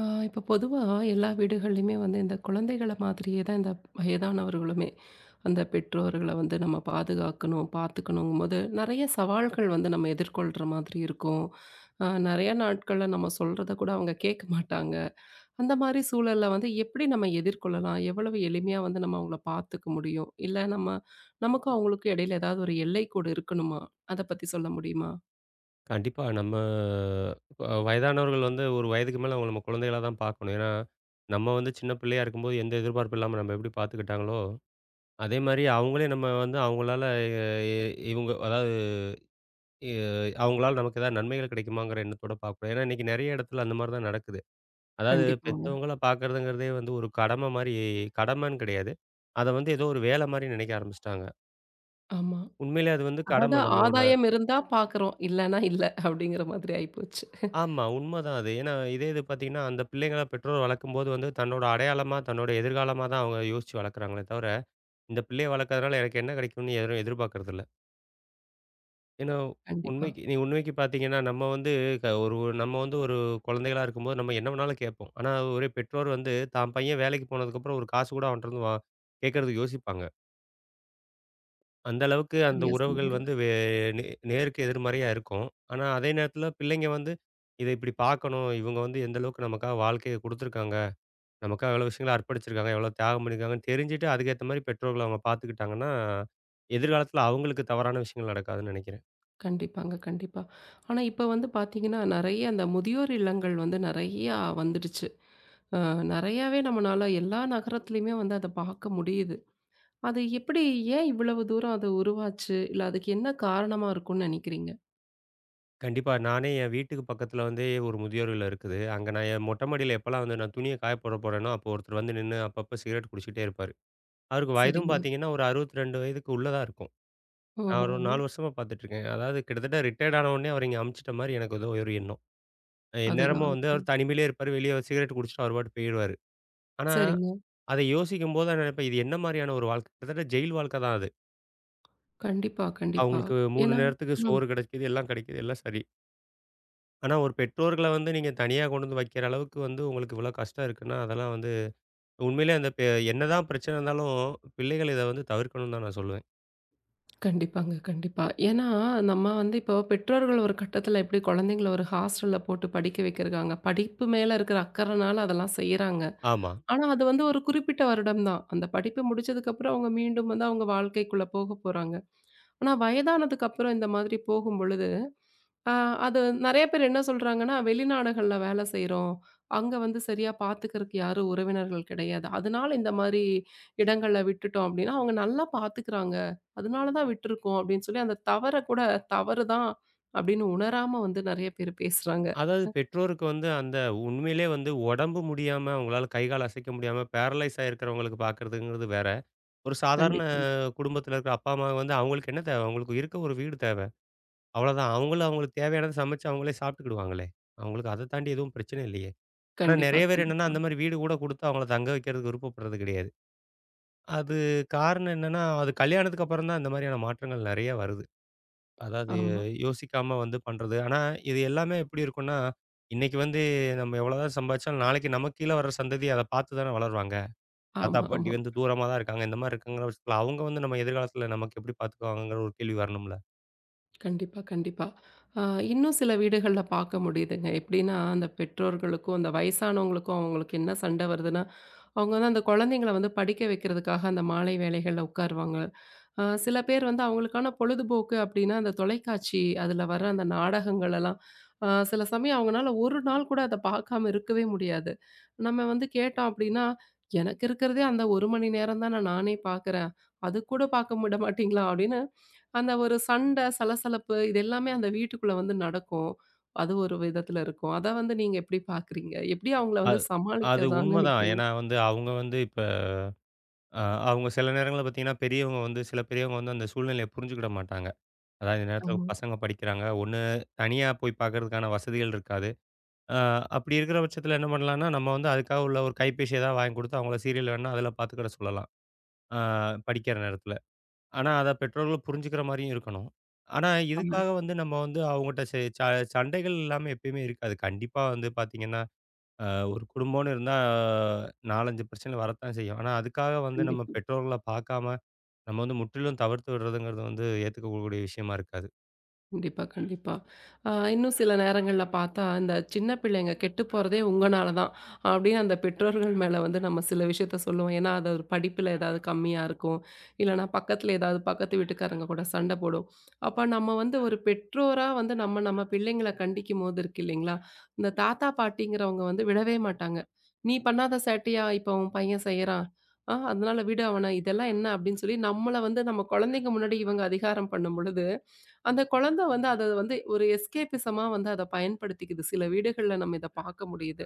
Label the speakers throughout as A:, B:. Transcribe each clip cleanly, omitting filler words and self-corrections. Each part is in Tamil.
A: ஆ, இப்போ பொதுவாக எல்லா வீடுகள்லையுமே வந்து இந்த குழந்தைகளை மாதிரியே தான் இந்த வயதானவர்களுமே அந்த பெற்றோர்களை வந்து நம்ம பாதுகாக்கணும் பார்த்துக்கணுங்கும் போது நிறைய சவால்கள் வந்து நம்ம எதிர்கொள்கிற மாதிரி இருக்கும். ஆ, நிறைய நாட்களில் நம்ம சொல்கிறத கூட அவங்க கேட்க மாட்டாங்க. அந்த மாதிரி சூழலில் வந்து எப்படி நம்ம எதிர்கொள்ளலாம், எவ்வளவு எளிமையாக வந்து நம்ம அவங்கள பார்த்துக்க முடியும், இல்லை நம்ம நமக்கும் அவங்களுக்கும் இடையில ஏதாவது ஒரு எல்லை கூட இருக்கணுமா? அதை பற்றி சொல்ல முடியுமா?
B: கண்டிப்பா. நம்ம இப்ப வயதானவர்கள் வந்து ஒரு வயதுக்கு மேல அவங்கள நம்ம குழந்தைகளா தான் பார்க்கணும். ஏன்னா, நம்ம வந்து சின்ன பிள்ளையா இருக்கும்போது எந்த எதிர்பார்ப்பும் இல்லாம நம்ம எப்படி பார்த்துக்கிட்டாங்களோ, அதே மாரி அவங்களே நம்ம வந்து அவங்களால எ இவங்க அதாவது எ அவங்களால நமக்கு ஏதாவது நன்மைகள் கிடைக்குமாங்கிற எண்ணத்தோட பார்க்கணும். ஏன்னா, இன்னைக்கு நெறைய இடத்துல அந்த மாரி தான் நடக்குது. அதாவது
A: கண்டிப்பாங்க.
B: பெத்தவங்கள பார்க்கறதுங்கிறதே வந்து ஒரு கடம மாரி கடமைன்னு கிடையாது. அத வந்து ஏதோ ஒரு வேலை மாரி நினைக்க ஆரம்பிச்சுட்டாங்க.
A: ஆமாம்.
B: உண்மையிலே அது வந்து
A: அதாவது
B: கடமை நம்மளோட.
A: ஆதாயம் இருந்தா பார்க்குறோம். இல்லன்னா இல்ல அப்படிங்கிற மாதிரி ஆயிப்போச்சு.
B: ஆமா, உண்மதான் அது. ஏன்னா, இதே இது பார்த்தீங்கன்னா, அந்த பிள்ளைங்கள பெற்றோர் வளர்க்கும்போது வந்து தன்னோட அடையாளமா, தன்னோட எதிர்காலமா தான் அவங்க யோசிச்சு வளர்க்குறாங்களே தவிர, இந்த பிள்ளைய வளர்க்கறதுனால எனக்கு என்ன கிடைக்கும்னு எதுவும் எதிர்பார்க்கறதில்ல. ஏன்னா,
A: கண்டிப்பா.
B: உண்மைக்கு பார்த்தீங்கன்னா, க ஒரு நம்ம வந்து ஒரு குழந்தைகளா இருக்கும்போது நம்ம என்ன வேணாலும் கேட்போம். ஆனா, ஒரு பெற்றோர் வந்து தான் பையன் வேலைக்கு போனதுக்கப்புறம் ஒரு காசு கூட அவன்ட்டருந்து கேட்கறதுக்கு யோசிப்பாங்க. அந்த அளவுக்கு அந்த
A: சரியா
B: உறவுகள்
A: சொன்னீங்க.
B: வந்து வே நே நேருக்கு எதிர்மறையா இருக்கும். ஆனா, அதே நேரத்தில பிள்ளைங்க வந்து, இத இப்படி பார்க்கணும். இவங்க வந்து எந்த அளவுக்கு நமக்காக வாழ்க்கைய குடுத்துருக்காங்க. நமக்காக எவ்வளோ விஷயங்கள அர்ப்பணிச்சிருக்காங்க. எவ்வளோ தியாகம் பண்ணியிருக்காங்கன்னு தெரிஞ்சுட்டு, அதுக்கேத்த மாரி பெற்றோர்கள் அவங்க பார்த்துக்கிட்டாங்கன்னா, எதிர்காலத்தில அவங்களுக்கு தவறான விஷயங்கள் நடக்காதுன்னு நெனைக்கிறேன்.
A: கண்டிப்பாங்க, கண்டிப்பா. ஆனா இப்ப வந்து பார்த்தீங்கன்னா, நெறைய அந்த முதியோர் இல்லங்கள் வந்து நெறையா வந்துடுச்சு. அ நெறையாவே நம்மனால எல்லா நகரத்துலயுமே வந்து அத பார்க்க முடியுது. அது எப்படி, ஏன் இவ்வளவு தூரம் அது உருவாச்சு? இல்ல அதுக்கு என்ன காரணமா இருக்கும்னு நெனைக்கிறீங்க?
B: கண்டிப்பா நானே என் வீட்டுக்கு பக்கத்தில வந்து ஒரு முதியோர் இல்லம் இருக்குது. அங்க நான் என் மொட்டை மாடியில எப்பலாம் வந்து நான் துணிய காய போட போறேனோ, அப்போ ஒருத்தர் வந்து நின்னு அப்பப்போ சிகரெட் குடிச்சிக்கிட்டே இருப்பாரு. அவருக்கு வயதும்
A: சரிங்க.
B: பார்த்தீங்கன்னா, ஒரு 62 வயதுக்கு உள்ள தான் இருக்கும். நான் ஒரு
A: ஓஹோ!
B: 4 வருஷமா பார்த்துட்டுருக்கேன். அதாவது கிட்டத்தட்ட ரிட்டயர்ட் ஆன உடனே அவர இங்க அமுச்சுட்ட மாரி எனக்கு ஏதோ ஒரு எண்ணம்.
A: அதுதான்,
B: எந்நேரமும் வந்து
A: அதுதான்.
B: அவர் தனிமையிலே இருப்பாரு. வெளிய சிகரெட் குடிச்சுட்டு அவர் பாட்டுக்கு போயிருவாரு. ஆனா,
A: சரிங்க.
B: அத யோசிக்கும்போது நான் நினைப்பேன், இது என்ன மாரியான ஒரு வாழ்க்கை? கிட்டத்தட்ட ஜெயில் வாழ்க்கை தான் அது.
A: கண்டிப்பா, கண்டிப்பா.
B: அவங்களுக்கு 3
A: ஏன்னா
B: நேரத்துக்கு
A: ம்.
B: சோறு கிடைக்குது, எல்லாம் கிடைக்குது, எல்லாம் சரி. ஆனா ஒரு பெற்றோர்கள வந்து நீங்க தனியா கொண்டு வந்து வைக்கிற அளவுக்கு வந்து உங்களுக்கு இவ்வளோ கஷ்டம் இருக்குன்னா, அதெல்லாம் வந்து உண்மையிலே அந்த பெ என்னதான் பிரச்சனை இருந்தாலும், பிள்ளைகள் இத வந்து தவிர்க்கணும்னு தான் நான் சொல்லுவேன்.
A: கண்டிப்பாங்க, கண்டிப்பா. ஏன்னா, நம்ம வந்து இப்போ பெற்றோர்கள் ஒரு கட்டத்தில எப்படி குழந்தைங்கள ஒரு ஹாஸ்டல்ல போட்டு படிக்க வைக்கிறாங்க. படிப்பு மேல இருக்கிற அக்கறைனால அதெல்லாம் செய்றாங்க.
B: ஆமா.
A: ஆனா, அது வந்து ஒரு குறிப்பிட்ட வருடம் தான். அந்த படிப்பு முடிச்சதுக்கப்புறம் அவங்க மீண்டும் வந்து அவங்க வாழ்க்கைக்குள்ள போக போறாங்க. ஆனா வயதானதுக்கு அப்புறம் இந்த மாதிரி போகும்பொழுது, அ அது நெறைய பேர் என்ன சொல்றாங்கன்னா, வெளிநாடுகள்ல வேல செய்றோம். அங்க வந்து சரியா பாத்துக்கிறதுக்கு யாரும் உறவினர்கள் கிடையாது. அதனால இந்த மாரி இடங்கள்ல விட்டுட்டோம் அப்டின்னா, அவங்க நல்லா பாத்துக்கிறாங்க. அதனால தான் விட்டுருக்கோம் அப்டின்னு சொல்லி அந்த தவற கூட தவறு தான் அப்டின்னு உணராம வந்து நெறைய பேர் பேசுறாங்க.
B: அதாவது பெற்றோருக்கு வந்து அந்த உண்மையிலே வந்து உடம்பு முடியாம, அவங்களால கை, கால் அசைக்க முடியாம பேரலைஸ் ஆயிருக்கிறவங்களுக்கு பார்க்கிறதுங்கிறது வேற. ஒரு சாதாரண
A: கண்டிப்பா,
B: குடும்பத்தில இருக்கிற அப்பா, அம்மா வந்து அவங்களுக்கு என்ன தேவை? அவங்களுக்கு இருக்க ஒரு வீடு தேவ. அவ்வளோதான். அவங்களும் அவங்களுக்கு தேவையானத சமைச்சு அவங்களே சாப்பிட்டுக்கிடுவாங்களே! அவங்களுக்கு அத தாண்டி எதுவும் பிரச்சனை இல்லையே! ஆனா
A: கண்டிப்பா,
B: நெறைய பேர் என்னன்னா,
A: கண்டிப்பா.
B: அந்த மாரி வீடு கூட குடுத்து அவங்கள தங்க வைக்கிறதுக்கு விருப்பப்படுறது கிடையாது. அது காரணம் என்னன்னா, அது கல்யாணத்துக்கு அப்புறம் தான் இந்த மாரியான மாற்றங்கள் நெறைய வருது. அதாவது
A: ஆமா,
B: யோசிக்காம வந்து பண்றது. ஆனா, இது எல்லாமே எப்படி இருக்கும்னா, இன்னைக்கு வந்து நம்ம எவ்வளோதான் சம்பாதிச்சாலும், நாளைக்கு நமக்கு கீழ வர்ற சந்ததி அத பார்த்து தானே வளருவாங்க. தாத்தா,
A: ஆமா,
B: பாட்டி
A: ஆமா.
B: வந்து தூரமா தான் இருக்காங்க. இந்த மாரி இருக்குங்கிற பட்சத்தில, அவங்க வந்து நம்ம எதிர்காலத்தில நமக்கு எப்படி பார்த்துக்குவாங்கங்கிற ஒரு கேள்வி வரணும்ல.
A: கண்டிப்பா, கண்டிப்பா. அ இன்னும் சில வீடுகள்ல பார்க்க முடியுதுங்க. எப்படின்னா, அந்த பெற்றோர்களுக்கும், அந்த வயசானவங்களுக்கும் அவங்களுக்கு என்ன சண்டை வருதுன்னா, அவங்க வந்து அந்த குழந்தைங்கள வந்து படிக்க வைக்கிறதுக்காக அந்த மாலை வேளைகள்ல உட்காருவாங்க. சில பேர் வந்து அவங்களுக்கான பொழுதுபோக்கு அப்டின்னா, அந்த தொலைக்காட்சி அதுல வர அந்த நாடகங்கள் எல்லாம், சில சமயம் அவங்கனால ஒரு நாள் கூட அத பார்க்காம இருக்கவே முடியாது. நம்ம வந்து கேட்டோம் அப்டின்னா, "எனக்கு இருக்கிறதே அந்த 1 மணி நேரம் தான நானே பார்க்குறேன். அதுக்கூட பார்க்க விட மாட்டீங்களா?" அப்டின்னு அந்த ஒரு சண்டை, சலசலப்பு இது எல்லாமே அந்த வீட்டுக்குள்ள வந்து நடக்கும். அது ஒரு விதத்துல இருக்கும். அத வந்து நீங்க எப்டி பார்க்குறீங்க? எப்டி அவங்கள
B: ம். அது
A: வந்து
B: அது
A: சமாளிக்கலாம்னு
B: உண்மதான்.
A: நெனைக்கிறீங்க?
B: ஏன்னா வந்து அவங்க வந்து இப்ப அ அவங்க சில நேரங்கள்ல பார்த்தீங்கன்னா, பெரியவங்க வந்து சில பெரியவங்க வந்து அந்த சூழ்நிலைய புரிஞ்சுக்கிட மாட்டாங்க. அதாவது இந்த நேரத்தில
A: ஆமா,
B: பசங்க படிக்கிறாங்க. ஒண்ணு தனியா போய் பார்க்கறதுக்கான வசதிகள் இருக்காது. அ அப்படி இருக்கிற பட்சத்தில என்ன பண்ணலான்னா, நம்ம வந்து அதுக்காக உள்ள ஒரு கைபேசி ஏதாவது வாங்கி குடுத்து, அவங்கள சீரியல் வேணா அதில பார்த்துக்கிட சொல்லலாம். அ படிக்கிற நேரத்தில. ஆனா, அத பெற்றோர்கள் புரிஞ்சுக்கிற மாரியும் இருக்கணும். ஆனா,
A: ஆமா.
B: இதுக்காக வந்து நம்ம வந்து அவங்கட்ட ச ச சண்டைகள் இல்லாம எப்பயுமே இருக்காது. கண்டிப்பா வந்து பார்த்தீங்கன்னா, அ ஒரு குடும்பம்னு இருந்தா 4, 5 பிரச்சனை வரத்தான் செய்யும். ஆனா, அதுக்காக வந்து நம்ம
A: கண்டிப்பா.
B: பெற்றோர்கள பார்க்காம, நம்ம வந்து முற்றிலும் தவிர்த்து விடுறதுங்கிறது வந்து ஏத்துக்கக்கூடிய விஷயமா இருக்காது.
A: கண்டிப்பா, கண்டிப்பா. இன்னும் சில நேரங்கள்ல பார்த்தா, இந்த சின்ன பிள்ளைங்க கெட்டு போறதே உங்கனால தான். அப்படின்னு அந்த பெற்றோர்கள் மேல வந்து நம்ம சில விஷயத்த சொல்லுவோம். ஏன்னா, அது ஒரு படிப்பில ஏதாவது கம்மியா இருக்கும். இல்லன்னா பக்கத்துல ஏதாவது பக்கத்து வீட்டுக்காரங்க கூட சண்டை போடும். அப்ப நம்ம வந்து ஒரு பெற்றோரா வந்து நம்ம நம்ம பிள்ளைங்கள கண்டிக்கும்போது இருக்கு இல்லைங்களா? இந்த தாத்தா, பாட்டிங்கிறவங்க வந்து விடவே மாட்டாங்க. "நீ பண்ணாத சேட்டையா இப்ப உன் பையன் செய்றான். ஆ அதனால விடு அவன. இதெல்லாம் என்ன?" அப்படின்னு சொல்லி நம்மள வந்து நம்ம குழந்தைங்க முன்னாடி இவங்க அதிகாரம் பண்ணும் பொழுது, அந்த குழந்தை வந்து அத வந்து ஒரு எஸ்கேபிசமா வந்து அத பயன்படுத்திக்குது. சில வீடுகள்ல நம்ம இத பார்க்க முடியுது.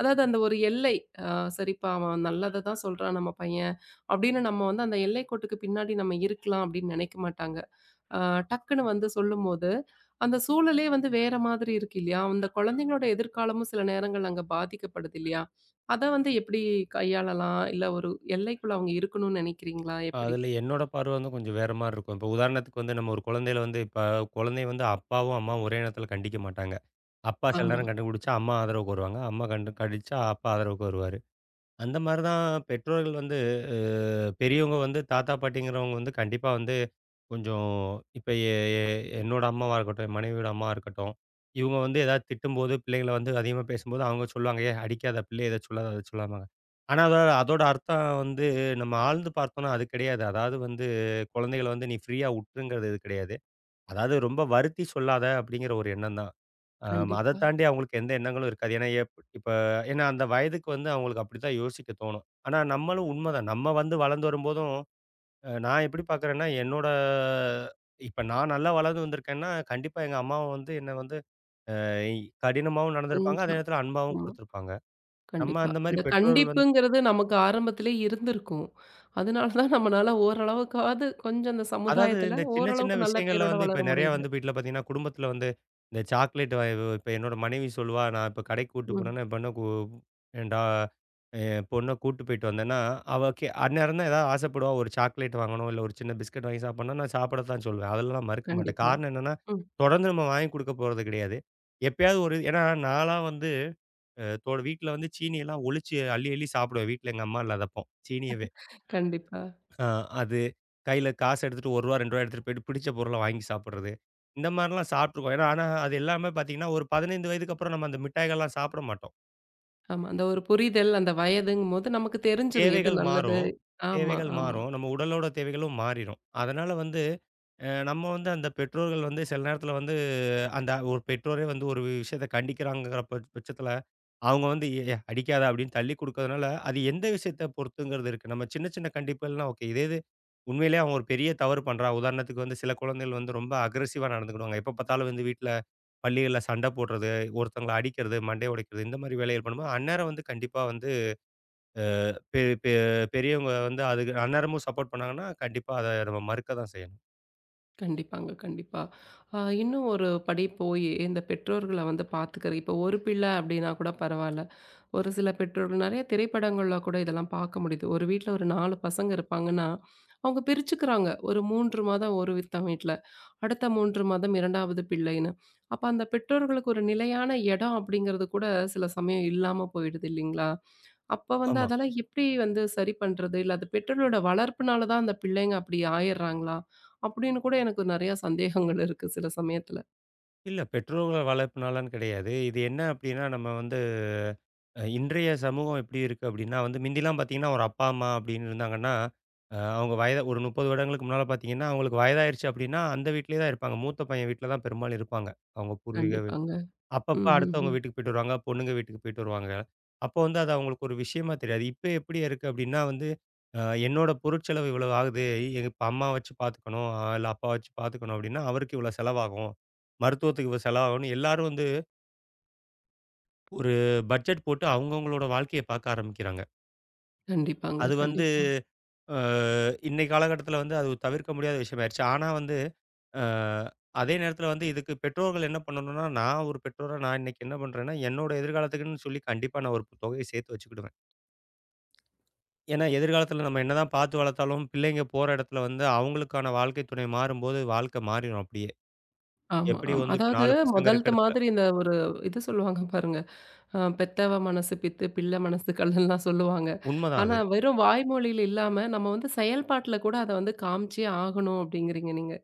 A: அதாவது அந்த ஒரு எல்லை. அ சரிப்பா அவன் நல்லத தான் சொல்றான் நம்ம பையன். அப்படின்னு நம்ம வந்து அந்த எல்லைக்கோட்டுக்கு பின்னாடி நம்ம இருக்கலாம் அப்படின்னு நினைக்க மாட்டாங்க. அ டக்குன்னு வந்து சொல்லும்போது, அந்த சூழலே வந்து வேற மாதிரி இருக்கு இல்லையா? அந்த குழந்தைங்களோட எதிர்காலமும் சில நேரங்கள் அங்க பாதிக்கப்படுது இல்லையா? அத வந்து எப்படி கையாளலாம்? இல்ல ஒரு எல்லைக்குள்ள அவங்க இருக்கணும்னு நினைக்கிறீங்களா? எப்படி?
B: அதில என்னோட பார்வை வந்து கொஞ்சம் வேற மாரி இருக்கும். இப்போ உதாரணத்துக்கு வந்து நம்ம ஒரு குழந்தையில வந்து இப்ப குழந்தைய வந்து அப்பாவும், அம்மாவும் ஒரே நேரத்தில கண்டிக்க மாட்டாங்க. அப்பா சில
A: ஆமா.
B: நேரம் கண்டுபிடிச்சா, அம்மா ஆதரவுக்கு வருவாங்க. அம்மா கண்டிச்சா, அப்பா ஆதரவுக்கு வருவாரு. அந்த மாரி தான் பெற்றோர்கள் வந்து அ பெரியவங்க வந்து தாத்தா, பாட்டிங்கிறவங்க வந்து கண்டிப்பா வந்து கொஞ்சம். இப்ப எ எ என்னோட அம்மாவா இருக்கட்டும், என் மனைவியோட அம்மாவா இருக்கட்டும், இவுங்க வந்து ஏதாவது திட்டும்போது, பிள்ளைங்கள வந்து அதிகமா பேசும்போது அவங்க சொல்லுவாங்க, "ஏய் அடிக்காத! பிள்ளைய இத சொல்லாத, அத சொல்லாதம்பாங்க." ஆனா அத அதோட அர்த்தம் வந்து நம்ம ஆழ்ந்து பார்த்தோம்னா அது கிடையாது. அதாவது வந்து குழந்தைகள வந்து நீ ஃப்ரீயா உட்டுருங்கிறது இது கிடையாது. அதாவது ரொம்ப வருத்தி சொல்லாத அப்படிங்கிற ஒரு எண்ணம் தான். அ அத
A: கண்டிப்பா.
B: தாண்டி அவங்களுக்கு எந்த எண்ணங்களும் இருக்காது. ஏன்னா எப் இப்ப ஏன்னா அந்த வயதுக்கு வந்து அவங்களுக்கு அப்படித்தான் யோசிக்க தோணும். ஆனா நம்மளும் உண்மதான். நம்ம வந்து வளர்ந்து வரும்போதும் அ நான் எப்படி பார்க்குறேன்னா, என்னோட இப்ப நான் நல்லா வளர்ந்து வந்திருக்கேன்னா, கண்டிப்பா எங்க அம்மாவும் வந்து என்ன வந்து அ கடினமாவும் நடந்திருப்பாங்க. அதே
A: கொஞ்சம்.
B: நேரத்தில அன்பாவும்
A: ஆமா.
B: குடுத்துருப்பாங்க. நம்ம
A: கண்டிப்பா.
B: அந்த மாரி
A: அந்த
B: பெற்றோர்கள் வந்து
A: கண்டிப்புங்கிறது நமக்கு ஆரம்பத்திலே இருந்திருக்கும். அதனால தான் நம்மனால ஓரளவுக்காவது கொஞ்சம் அந்த
B: அதாவது
A: சமுதாயத்துல
B: இந்த சின்ன, சின்ன
A: ஓரளவுக்கு நல்ல
B: விஷயங்கள்ல
A: பேரோட
B: வந்து
A: வளர
B: இப்ப நெறையா
A: முடியுது.
B: வந்து வீட்ல பார்த்தீங்கன்னா, குடும்பத்தில வந்து இந்த சாக்லேட் வ இப்ப என்னோட மனைவி சொல்லுவா, நான் இப்ப கடைக்கு கூட்டு
A: ம்.
B: போனேன்னா, ஏன்டா என் பொண்ண கூட்டு போயிட்டு வந்தேன்னா, அவ அந்நேரம் தான் ஏதாவது ஆசைப்படுவா. ஒரு சாக்லேட் வாங்கணும், இல்ல ஒரு சின்ன பிஸ்கட் வாங்கி சாப்பிடணும்னா, நான் சாப்பிடத்தான் சொல்லுவேன். அதெல்லாம் நான் மறுக்க மாட்டேன்.
A: கண்டிப்பா.
B: காரணம் என்னன்னா,
A: ம்.
B: தொடர்ந்து நம்ம வாங்கி குடுக்க போறது கிடையாது. எப்பயாவது ஒரு ஏன்னா நான்லாம் வந்து அ தோட வீட்ல வந்து சீனியெல்லாம் ஒழிச்சு அள்ளி, அள்ளி சாப்பிடுவேன். வீட்ல எங்க அம்மா இல்லாதப்போ. சீனிய
A: கண்டிப்பா.
B: ஆ, அது கையில காசு எடுத்துட்டு ரூ. 1 ரூ. 2 எடுத்துட்டு போயிட்டு பிடிச்ச பொருள வாங்கி சாப்பிடுறது. இந்த மாரிலாம் சாப்பிட்டுருக்கோம். ஏன்னா, ஆனா அது எல்லாமே பார்த்தீங்கன்னா, ஒரு 15 வயதுக்கு அப்புறம் நம்ம அந்த மிட்டாய்கள்லாம் சாப்பிட மாட்டோம்.
A: ஆமா. அந்த ஒரு புரிதல், அந்த வயதுங்கும்போது நமக்கு தெரிஞ்சிரும் எது
B: தேவைகள்
A: நல்லது.
B: மாறும்.
A: ஆமா,
B: தேவைகள்
A: ஆமா.
B: மாறும். நம்ம உடலோட தேவைகளும் மாறிரும். அதனால வந்து அ நம்ம வந்து அந்த பெற்றோர்கள் வந்து சில நேரத்தில வந்து அந்த ஒரு பெற்றோரே வந்து ஒரு விஷயத்த கண்டிக்கிறாங்கங்கிற பட்சத்தில, அவங்க வந்து "ஏய் அடிக்காத" அப்படின்னு தள்ளி குடுக்கறதுனால, அது எந்த விஷயத்த பொறுத்துங்கிறது இருக்கு. நம்ம சின்ன சின்ன கண்டிப்புகள்லாம் ஓகே. இதே இது உண்மையிலேயே அவன் ஒரு பெரிய தவறு பண்றான். உதாரணத்துக்கு வந்து சில குழந்தைகள் வந்து ரொம்ப அக்ரெசிவா நடந்துக்கிடுவாங்க. எப்ப பார்த்தாலும் வந்து வீட்ல, பள்ளிகள்ல சண்ட போடுறது, ஒருத்தங்கள அடிக்கிறது, மண்டைய உடைக்கிறது இந்த மாரி வேலைகள் பண்ணும்போது, அந்நேரம் வந்து கண்டிப்பா வந்து பெ பெ பெரியவங்க வந்து அதுக்கு அந்நேரமும் சப்போர்ட் பண்ணாங்கன்னா, கண்டிப்பா அத நம்ம மறுக்க தான் செய்யணும்.
A: கண்டிப்பாங்க, கண்டிப்பா. இன்னும் ஒரு படி போயி இந்த பெற்றோர்கள வந்து பாத்துக்கிற இப்ப ஒரு பிள்ளை அப்படின்னா கூட பரவால்ல. ஒரு சில பெற்றோர்கள் நெறைய திரைப்படங்கள்ல கூட இதெல்லாம் பார்க்க முடியுது. ஒரு வீட்ல ஒரு 4 பசங்க இருப்பாங்கன்னா, அவங்க பிரிச்சுக்கிறாங்க. ஒரு 3 மாதம் ஒரு தன் வீட்ல. அடுத்த 3 மாதம் 2வது பிள்ளைன்னு. அப்ப அந்த பெற்றோர்களுக்கு ஒரு நிலையான இடம் அப்படிங்கிறது கூட சில சமயம் இல்லாம போயிடுது இல்லைங்களா? அப்ப வந்து
B: ஆமா.
A: அதெல்லாம் எப்படி வந்து சரி பண்றது? இல்ல அது பெற்றோர்களோட வளர்ப்புனால தான் அந்த பிள்ளைங்க அப்படி ஆயிர்றாங்களா? அப்படின்னு கூட எனக்கு நெறைய சந்தேகங்கள் இருக்கு சில சமயத்துல.
B: இல்ல பெற்றோர்கள் வளர்ப்புனாலன்னு கிடையாது. இது என்ன அப்டின்னா, நம்ம வந்து அ இன்றைய சமூகம் எப்படி இருக்கு அப்படின்னா வந்து மிந்திலாம் பார்த்தீங்கன்னா, ஒரு அப்பா, அம்மா அப்படின்னு இருந்தாங்கன்னா, அ அவங்க வயது ஒரு 30 வருடங்களுக்கு முன்னால பார்த்தீங்கன்னா, அவங்களுக்கு வயதாயிருச்சு அப்படின்னா, அந்த வீட்லயே தான் இருப்பாங்க. மூத்த பையன் வீட்ல தான் பெரும்பாலும் இருப்பாங்க. அவங்க பூர்வீக வீ
A: கண்டிப்பாங்க.
B: அப்பப்ப
A: ம், ம்,
B: அடுத்தவங்க
A: ம்.
B: வீட்டுக்கு போயிட்டு வருவாங்க. பொண்ணுங்க வீட்டுக்கு போயிட்டு வருவாங்க. அப்போ வந்து அது அவங்களுக்கு ஒரு விஷயமா தெரியாது. இப்ப எப்படி இருக்கு அப்படின்னா வந்து, அ என்னோட பொருட்செலவு இவ்வளவு ஆகுது. எங்க இப்ப அம்மா வச்சு பார்த்துக்கணும், அ இல்ல அப்பா வச்சு பார்த்துக்கணும் அப்படின்னா, அவருக்கு இவ்வளோ செலவாகும். மருத்துவத்துக்கு இவ்வளோ செலவாகும்னு எல்லாரும் வந்து ஒரு பட்ஜெட் போட்டு அவங்கவங்களோட வாழ்க்கைய பார்க்க ஆரம்பிக்கிறாங்க.
A: கண்டிப்பாங்க,
B: அது வந்து
A: கண்டிப்பா.
B: அ இன்னைய காலகட்டத்தில வந்து அது தவிர்க்க முடியாத விஷயமாயிருச்சு. ஆனா வந்து அ அதே நேரத்தில வந்து இதுக்கு பெற்றோர்கள் என்ன பண்ணணும்னா, நான் ஒரு பெற்றோரா நான் இன்னைக்கு என்ன பண்றேன்னா, என்னோட எதிர்காலத்துக்குன்னு சொல்லி கண்டிப்பா நான் ஒரு தொகைய சேர்த்து வச்சுக்கிடுவேன். ஏன்னா எதிர்காலத்தில நம்ம என்னதான் பார்த்து வளர்த்தாலும், பிள்ளைங்க போற இடத்துல வந்து அவங்களுக்கான வாழ்க்கை துணை மாறும்போது வாழ்க்கை மாறிரும் அப்படியே.
A: ஆமா,
B: எப்படி
A: ஆமா.
B: வந்து
A: அதாவது
B: 4 பசங்க
A: முதல்த்த
B: இருக்க இடத்துல
A: மாதிரி இந்த ஒரு இது சொல்லுவாங்க பாருங்க. பெத்தவ மனசு பித்து, பிள்ளை மனசு கல்லுன்லாம் சொல்லுவாங்க.
B: உண்மதான்
A: ஆனா
B: அது.
A: வெறும் வாய்மொழியில இல்லாம, நம்ம வந்து செயல்பாட்டுல கூட அத வந்து காமிச்சே ஆகணும் அப்டிங்கிறீங்க நீங்க.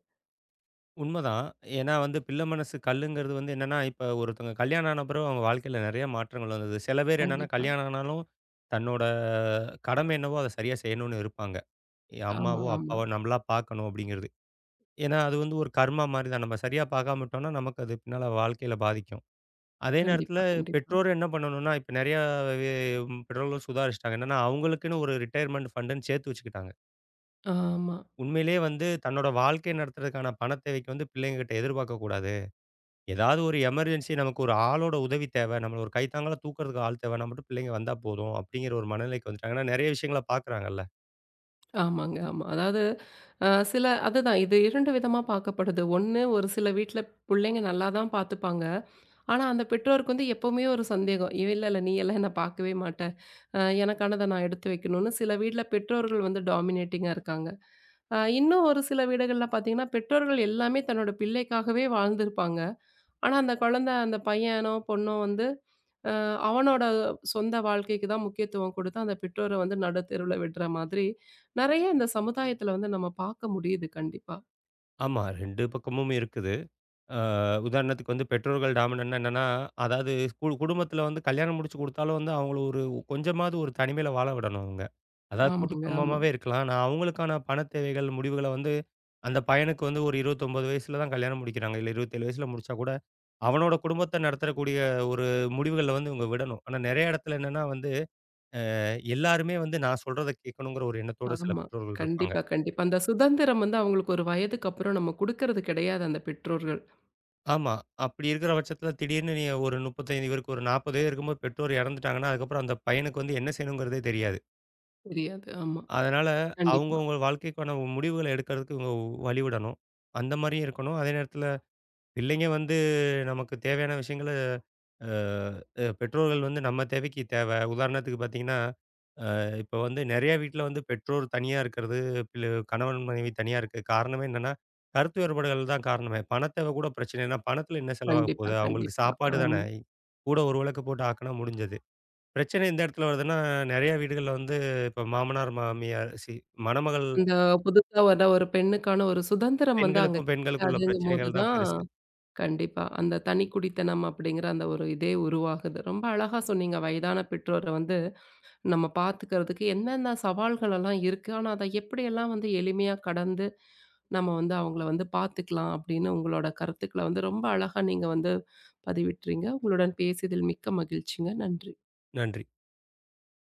B: உண்மதான். ஏன்னா வந்து பிள்ளை மனசு கல்லுங்கிறது வந்து என்னன்னா, இப்ப ஒருத்தவங்க கல்யாணம் ஆன பிறகு அவங்க வாழ்க்கையில நெறைய மாற்றங்கள் வந்தது. சில பேர் என்னன்னா,
A: கண்டிப்பா.
B: கல்யாணம் ஆனாலும் தன்னோட கடமை என்னவோ அத சரியா செய்யணும்னு இருப்பாங்க. எ-
A: ஆமா,
B: அம்மாவோ,
A: ஆமா.
B: அப்பாவோ நம்மளா பார்க்கணும் அப்படிங்கிறது. ஏன்னா அது வந்து ஒரு கர்மா மாரி தான். நம்ம சரியா பார்க்காம விட்டோம்னா, நமக்கு அது பின்னால வாழ்க்கையில பாதிக்கும். அதே நேரத்தில
A: கண்டிப்பா, கண்டிப்பா.
B: பெற்றோர் என்ன பண்ணணும்னா, இப்ப நெறையா வே பெற்றோர்களும் சுதாரிச்சுட்டாங்க. என்னன்னா, அவங்களுக்குன்னு ஒரு ரிட்டயர்மெண்ட் ஃபண்டுன்னு சேர்த்து வச்சுக்கிட்டாங்க.
A: ஆமா.
B: உண்மையிலேயே வந்து தன்னோட வாழ்க்கைய நடத்துறதுக்கான பணத் தேவைக்கு வந்து பிள்ளைங்ககிட்ட எதிர்பார்க்கக்கூடாது. ஏதாவது ஒரு எமர்ஜென்சி நமக்கு ஒரு ஆளோட உதவி தேவை. நம்மள ஒரு கைத்தாங்கலா தூக்குறதுக்கு ஆள் தேவைன்னா மட்டும் பிள்ளைங்க வந்தா போதும், அப்படிங்கிற ஒரு மனநிலைக்கு வந்துட்டாங்க. ஏன்னா நெறைய விஷயங்கள பார்க்குறாங்கல்ல.
A: ஆமாங்க, ஆமா. அதாவது சில அதுதான் இது 2 விதமா பார்க்கப்படுது. ஒண்ணு ஒரு சில வீட்ல புள்ளைங்க நல்லா தான் பார்த்துப்பாங்க. ஆனா, அந்த பெற்றோருக்கு வந்து எப்பவுமே ஒரு சந்தேகம். இல்ல, இல்ல நீ எல்லாம் என்ன பார்க்கவே மாட்ட. எனக்கானத நான் எடுத்து வைக்கணும்னு" சில வீட்ல பெற்றோர்கள் வந்து டாமினேட்டிங்கா இருக்காங்க. இன்னும் ஒரு சில வீடுகள்ல பார்த்தீங்கன்னா, பெற்றோர்கள் எல்லாமே தன்னோட பிள்ளைக்காகவே வாழ்ந்திருப்பாங்க. ஆனா, அந்த குழந்தை அந்த பையனோ, பொண்ணோ வந்து அ அவனோட சொந்த வாழ்க்கைக்கு தான் முக்கியத்துவம் கொடுத்து, அந்த பெற்றோர வந்து நடுத்தெருவுல விடுற மாதிரி, நெறைய இந்த சமுதாயத்துல வந்து நம்ம பார்க்க முடியுது கண்டிப்பா.
B: ஆமா, 2 பக்கமும் இருக்குது. அ உதாரணத்துக்கு வந்து பெற்றோர்கள் டாமினன்ட்னா என்னன்னா, அதாவது குடும்பத்தில வந்து கல்யாணம் முடிச்சு குடுத்தாலும் வந்து அவங்கள ஒரு கொஞ்சமாவது ஒரு தனிமையில வாழ விடணும் அவங்க. அதாவது கூட்டு
A: ஆமாங்க, ஆமா.
B: குடும்பமாவே இருக்கலாம். ஆனா அவங்களுக்கான பண தேவைகள், முடிவுகள வந்து அந்த பையனுக்கு வந்து ஒரு 29 வயசுல தான் கல்யாணம் முடிக்கிறாங்க. இல்ல 27 வயசுல முடிச்சா கூட, அவனோட குடும்பத்த நடத்தக்கூடிய ஒரு முடிவுகள வந்து இவங்க விடணும். ஆனா நெறைய இடத்துல என்னன்னா வந்து, எல்லாருமே வந்து நான் சொல்றத கேட்கணுங்கிற ஒரு எண்ணத்தோட சில
A: ஆமா.
B: பெற்றோர்கள் இருப்பாங்க.
A: கண்டிப்பா, கண்டிப்பா. அந்த சுதந்திரம் வந்து அவங்களுக்கு ஒரு வயதுக்கு அப்புறம் நம்ம குடுக்கறது கிடையாது அந்த பெற்றோர்கள்.
B: ஆமா. அப்படி இருக்கிற பட்சத்துல திடீர்னு நீ ஒரு 35 இவருக்கு ஒரு 40 வயது இருக்கும்போது பெற்றோர் இறந்துட்டாங்கன்னா, அதுக்கப்புறம் அந்த பையனுக்கு வந்து என்ன செய்யணுங்கிறதே தெரியாது.
A: தெரியாது. ஆமா.
B: அதனால
A: கண்டிப்பா,
B: அவங்கவங்க வாழ்க்கைக்கான முடிவுகள எடுக்கிறதுக்கு இவங்க வழிவிடணும். அந்த மாரியும் இருக்கணும். அதே நேரத்துல பிள்ளைங்க வந்து நமக்கு தேவையான விஷயங்கள அ அ பெற்றோர்கள் வந்து நம்ம தேவைக்கு தேவை. உதாரணத்துக்கு பார்த்தீங்கன்னா, அ இப்போ வந்து நெறைய வீட்ல வந்து பெற்றோர் தனியா இருக்கிறது, பிள்ளை கணவன் மனைவி தனியா இருக்கு. காரணமே என்னன்னா, கருத்து வேறுபாடுகள் தான் காரணமே. பணத் தேவை கூட பிரச்சனை. ஏன்னா பணத்தில என்ன செலவாக
A: கண்டிப்பா,
B: போகுது? அவங்களுக்கு
A: கண்டிப்பா.
B: சாப்பாடு
A: ஆமா.
B: தானே. கூட ஒரு விளக்கு போட்டு ஆக்குனா முடிஞ்சது. பிரச்சனை எந்த இடத்துல வருதுன்னா, நெறைய வீடுகள்ல வந்து இப்போ மாமனார், மாமியார் மணமகள்
A: அந்த புதுசா வர ஒரு பெண்ணுக்கான ஒரு சுதந்திரம் வந்து அங்க
B: பெண்களுக்கும் பெண்களுக்கும் உள்ள
A: கிடைக்காதுங்கும்போது
B: பிரச்சனைகள் தான்
A: தான்
B: பெருசு.
A: கண்டிப்பா. அந்த தனிக்குடித்தனம் அப்படிங்கிற அந்த ஒரு இதே உருவாகுது. ரொம்ப அழகா சொன்னீங்க. வயதான பெற்றோர வந்து நம்ம பார்த்துக்கிறதுக்கு என்னென்ன சவால்கள் எல்லாம் இருக்கு. ஆனா, அத எப்படியெல்லாம் வந்து எளிமையா கடந்து, நம்ம வந்து அவங்கள வந்து பார்த்துக்கலாம் அப்படின்னு உங்களோட கருத்துக்கள வந்து ரொம்ப அழகா நீங்க வந்து பதிவிட்றீங்க. உங்களுடன் பேசியதில் மிக்க மகிழ்ச்சிங்க. நன்றி.
B: நன்றி.